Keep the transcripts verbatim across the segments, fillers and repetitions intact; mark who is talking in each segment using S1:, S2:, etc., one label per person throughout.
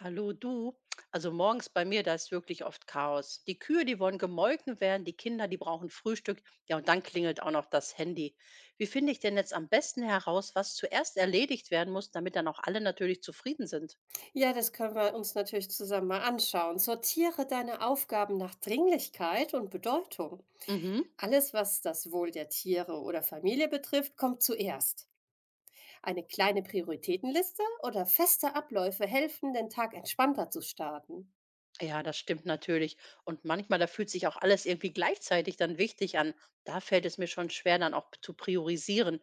S1: Hallo du. Also morgens bei mir, da ist wirklich oft Chaos. Die Kühe, die wollen gemolken werden, die Kinder, die brauchen Frühstück. Ja, und dann klingelt auch noch das Handy. Wie finde ich denn jetzt am besten heraus, was zuerst erledigt werden muss, damit dann auch alle natürlich zufrieden sind?
S2: Ja, das können wir uns natürlich zusammen mal anschauen. Sortiere deine Aufgaben nach Dringlichkeit und Bedeutung.
S1: Mhm.
S2: Alles, was das Wohl der Tiere oder Familie betrifft, kommt zuerst. Eine kleine Prioritätenliste oder feste Abläufe helfen, den Tag entspannter zu starten.
S1: Ja, das stimmt natürlich. Und manchmal, da fühlt sich auch alles irgendwie gleichzeitig dann wichtig an. Da fällt es mir schon schwer, dann auch zu priorisieren.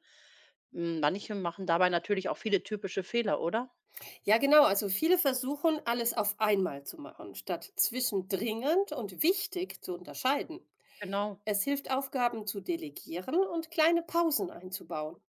S1: Mm. Manche machen dabei natürlich auch viele typische Fehler, oder?
S2: Ja, genau, also viele versuchen, alles auf einmal zu machen, statt zwischen dringend und wichtig zu unterscheiden.
S1: Genau.
S2: Es hilft, Aufgaben zu delegieren und kleine Pausen einzubauen.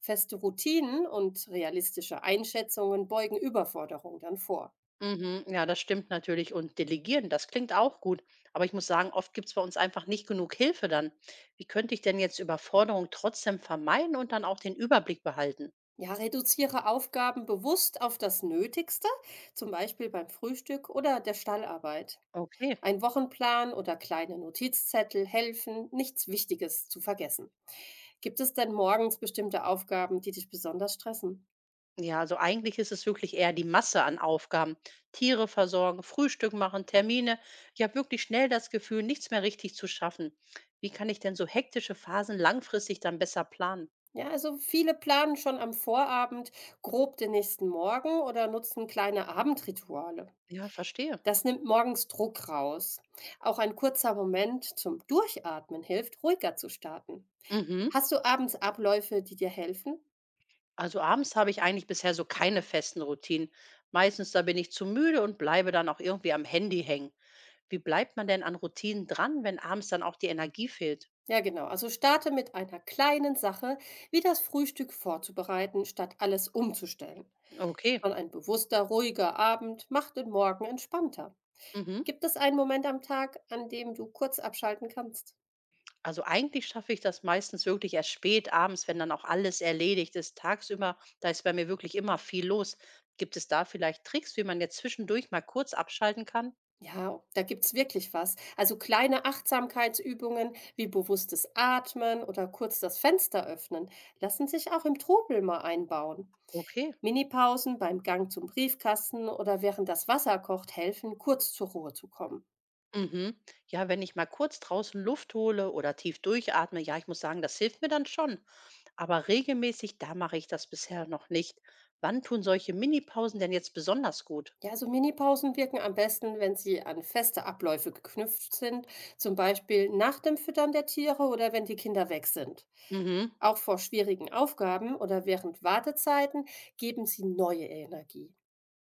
S2: Feste Routinen und realistische Einschätzungen beugen Überforderung dann vor.
S1: Mhm, ja, das stimmt natürlich. Und delegieren, das klingt auch gut. Aber ich muss sagen, oft gibt es bei uns einfach nicht genug Hilfe dann. Wie könnte ich denn jetzt Überforderung trotzdem vermeiden und dann auch den Überblick behalten?
S2: Ja, reduziere Aufgaben bewusst auf das Nötigste, zum Beispiel beim Frühstück oder der Stallarbeit.
S1: Okay.
S2: Ein Wochenplan oder kleine Notizzettel helfen, nichts Wichtiges zu vergessen. Gibt es denn morgens bestimmte Aufgaben, die dich besonders stressen?
S1: Ja, also eigentlich ist es wirklich eher die Masse an Aufgaben. Tiere versorgen, Frühstück machen, Termine. Ich habe wirklich schnell das Gefühl, nichts mehr richtig zu schaffen. Wie kann ich denn so hektische Phasen langfristig dann besser planen?
S2: Ja, also viele planen schon am Vorabend grob den nächsten Morgen oder nutzen kleine Abendrituale.
S1: Ja, verstehe.
S2: Das nimmt morgens Druck raus. Auch ein kurzer Moment zum Durchatmen hilft, ruhiger zu starten.
S1: Mhm.
S2: Hast du abends Abläufe, die dir helfen?
S1: Also abends habe ich eigentlich bisher so keine festen Routinen. Meistens da bin ich zu müde und bleibe dann auch irgendwie am Handy hängen. Wie bleibt man denn an Routinen dran, wenn abends dann auch die Energie fehlt?
S2: Ja, genau. Also starte mit einer kleinen Sache, wie das Frühstück vorzubereiten, statt alles umzustellen. Schon
S1: Okay.
S2: ein bewusster, ruhiger Abend macht den Morgen entspannter.
S1: Mhm.
S2: Gibt es einen Moment am Tag, an dem du kurz abschalten kannst?
S1: Also eigentlich schaffe ich das meistens wirklich erst spät abends, wenn dann auch alles erledigt ist. Tagsüber, da ist bei mir wirklich immer viel los. Gibt es da vielleicht Tricks, wie man jetzt zwischendurch mal kurz abschalten kann?
S2: Ja, da gibt's wirklich was. Also kleine Achtsamkeitsübungen wie bewusstes Atmen oder kurz das Fenster öffnen lassen sich auch im Trubel mal einbauen.
S1: Okay.
S2: Minipausen beim Gang zum Briefkasten oder während das Wasser kocht helfen, kurz zur Ruhe zu kommen.
S1: Mhm. Ja, wenn ich mal kurz draußen Luft hole oder tief durchatme, ja, ich muss sagen, das hilft mir dann schon. Aber regelmäßig, da mache ich das bisher noch nicht. Wann tun solche Minipausen denn jetzt besonders gut?
S2: Ja, so Minipausen wirken am besten, wenn sie an feste Abläufe geknüpft sind, zum Beispiel nach dem Füttern der Tiere oder wenn die Kinder weg sind.
S1: Mhm.
S2: Auch vor schwierigen Aufgaben oder während Wartezeiten geben sie neue Energie.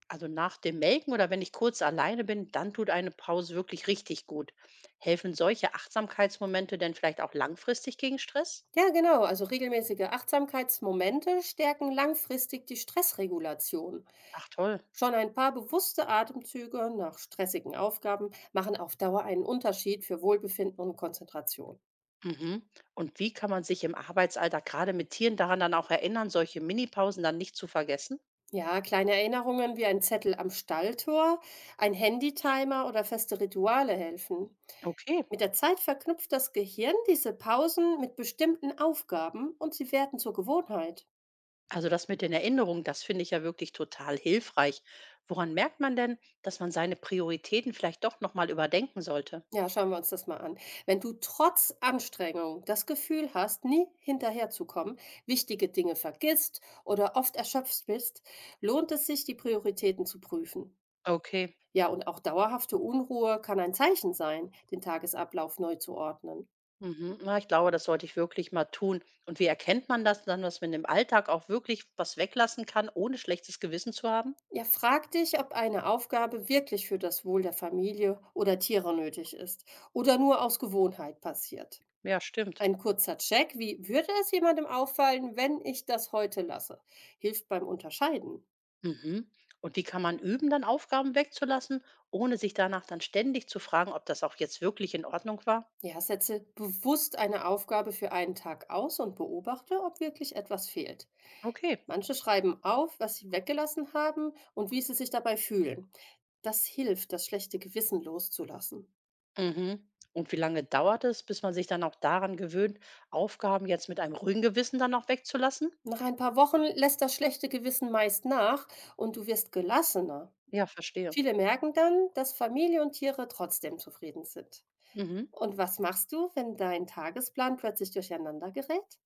S1: Also nach dem Melken oder wenn ich kurz alleine bin, dann tut eine Pause wirklich richtig gut. Helfen solche Achtsamkeitsmomente denn vielleicht auch langfristig gegen Stress?
S2: Ja, genau. Also regelmäßige Achtsamkeitsmomente stärken langfristig die Stressregulation.
S1: Ach toll.
S2: Schon ein paar bewusste Atemzüge nach stressigen Aufgaben machen auf Dauer einen Unterschied für Wohlbefinden und Konzentration.
S1: Mhm. Und wie kann man sich im Arbeitsalltag gerade mit Tieren daran dann auch erinnern, solche Minipausen dann nicht zu vergessen?
S2: Ja, kleine Erinnerungen wie ein Zettel am Stalltor, ein Handytimer oder feste Rituale helfen.
S1: Okay.
S2: Mit der Zeit verknüpft das Gehirn diese Pausen mit bestimmten Aufgaben und sie werden zur Gewohnheit.
S1: Also das mit den Erinnerungen, das finde ich ja wirklich total hilfreich. Woran merkt man denn, dass man seine Prioritäten vielleicht doch nochmal überdenken sollte?
S2: Ja, schauen wir uns das mal an. Wenn du trotz Anstrengung das Gefühl hast, nie hinterherzukommen, wichtige Dinge vergisst oder oft erschöpft bist, lohnt es sich, die Prioritäten zu prüfen.
S1: Okay.
S2: Ja, und auch dauerhafte Unruhe kann ein Zeichen sein, den Tagesablauf neu zu ordnen.
S1: Mhm, na, ich glaube, das sollte ich wirklich mal tun. Und wie erkennt man das dann, dass man im Alltag auch wirklich was weglassen kann, ohne schlechtes Gewissen zu haben?
S2: Ja, frag dich, ob eine Aufgabe wirklich für das Wohl der Familie oder Tiere nötig ist oder nur aus Gewohnheit passiert.
S1: Ja, stimmt.
S2: Ein kurzer Check: Wie würde es jemandem auffallen, wenn ich das heute lasse? Hilft beim Unterscheiden.
S1: Mhm. Und wie kann man üben, dann Aufgaben wegzulassen, ohne sich danach dann ständig zu fragen, ob das auch jetzt wirklich in Ordnung war?
S2: Ja, setze bewusst eine Aufgabe für einen Tag aus und beobachte, ob wirklich etwas fehlt.
S1: Okay.
S2: Manche schreiben auf, was sie weggelassen haben und wie sie sich dabei fühlen. Das hilft, das schlechte Gewissen loszulassen.
S1: Mhm. Und wie lange dauert es, bis man sich dann auch daran gewöhnt, Aufgaben jetzt mit einem ruhigen Gewissen dann auch wegzulassen?
S2: Nach ein paar Wochen lässt das schlechte Gewissen meist nach und du wirst gelassener.
S1: Ja, verstehe.
S2: Viele merken dann, dass Familie und Tiere trotzdem zufrieden sind.
S1: Mhm.
S2: Und was machst du, wenn dein Tagesplan plötzlich durcheinander gerät?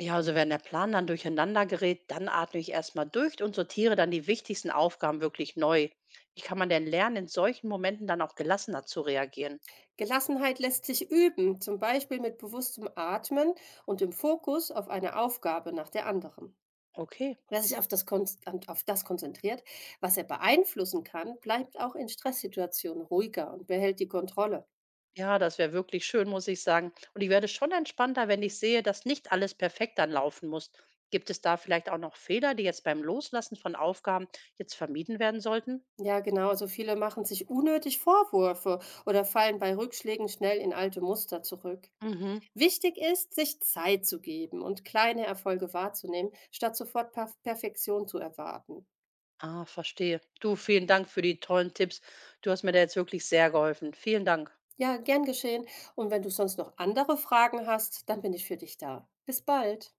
S1: Ja, also wenn der Plan dann durcheinander gerät, dann atme ich erstmal durch und sortiere dann die wichtigsten Aufgaben wirklich neu. Wie kann man denn lernen, in solchen Momenten dann auch gelassener zu reagieren?
S2: Gelassenheit lässt sich üben, zum Beispiel mit bewusstem Atmen und dem Fokus auf eine Aufgabe nach der anderen.
S1: Okay.
S2: Wer sich auf das, kon- an- auf das konzentriert, was er beeinflussen kann, bleibt auch in Stresssituationen ruhiger und behält die Kontrolle.
S1: Ja, das wäre wirklich schön, muss ich sagen. Und ich werde schon entspannter, wenn ich sehe, dass nicht alles perfekt dann laufen muss. Gibt es da vielleicht auch noch Fehler, die jetzt beim Loslassen von Aufgaben jetzt vermieden werden sollten?
S2: Ja, genau, also viele machen sich unnötig Vorwürfe oder fallen bei Rückschlägen schnell in alte Muster zurück.
S1: Mhm.
S2: Wichtig ist, sich Zeit zu geben und kleine Erfolge wahrzunehmen, statt sofort Perf- Perfektion zu erwarten.
S1: Ah, verstehe. Du, vielen Dank für die tollen Tipps. Du hast mir da jetzt wirklich sehr geholfen. Vielen Dank.
S2: Ja, gern geschehen. Und wenn du sonst noch andere Fragen hast, dann bin ich für dich da. Bis bald.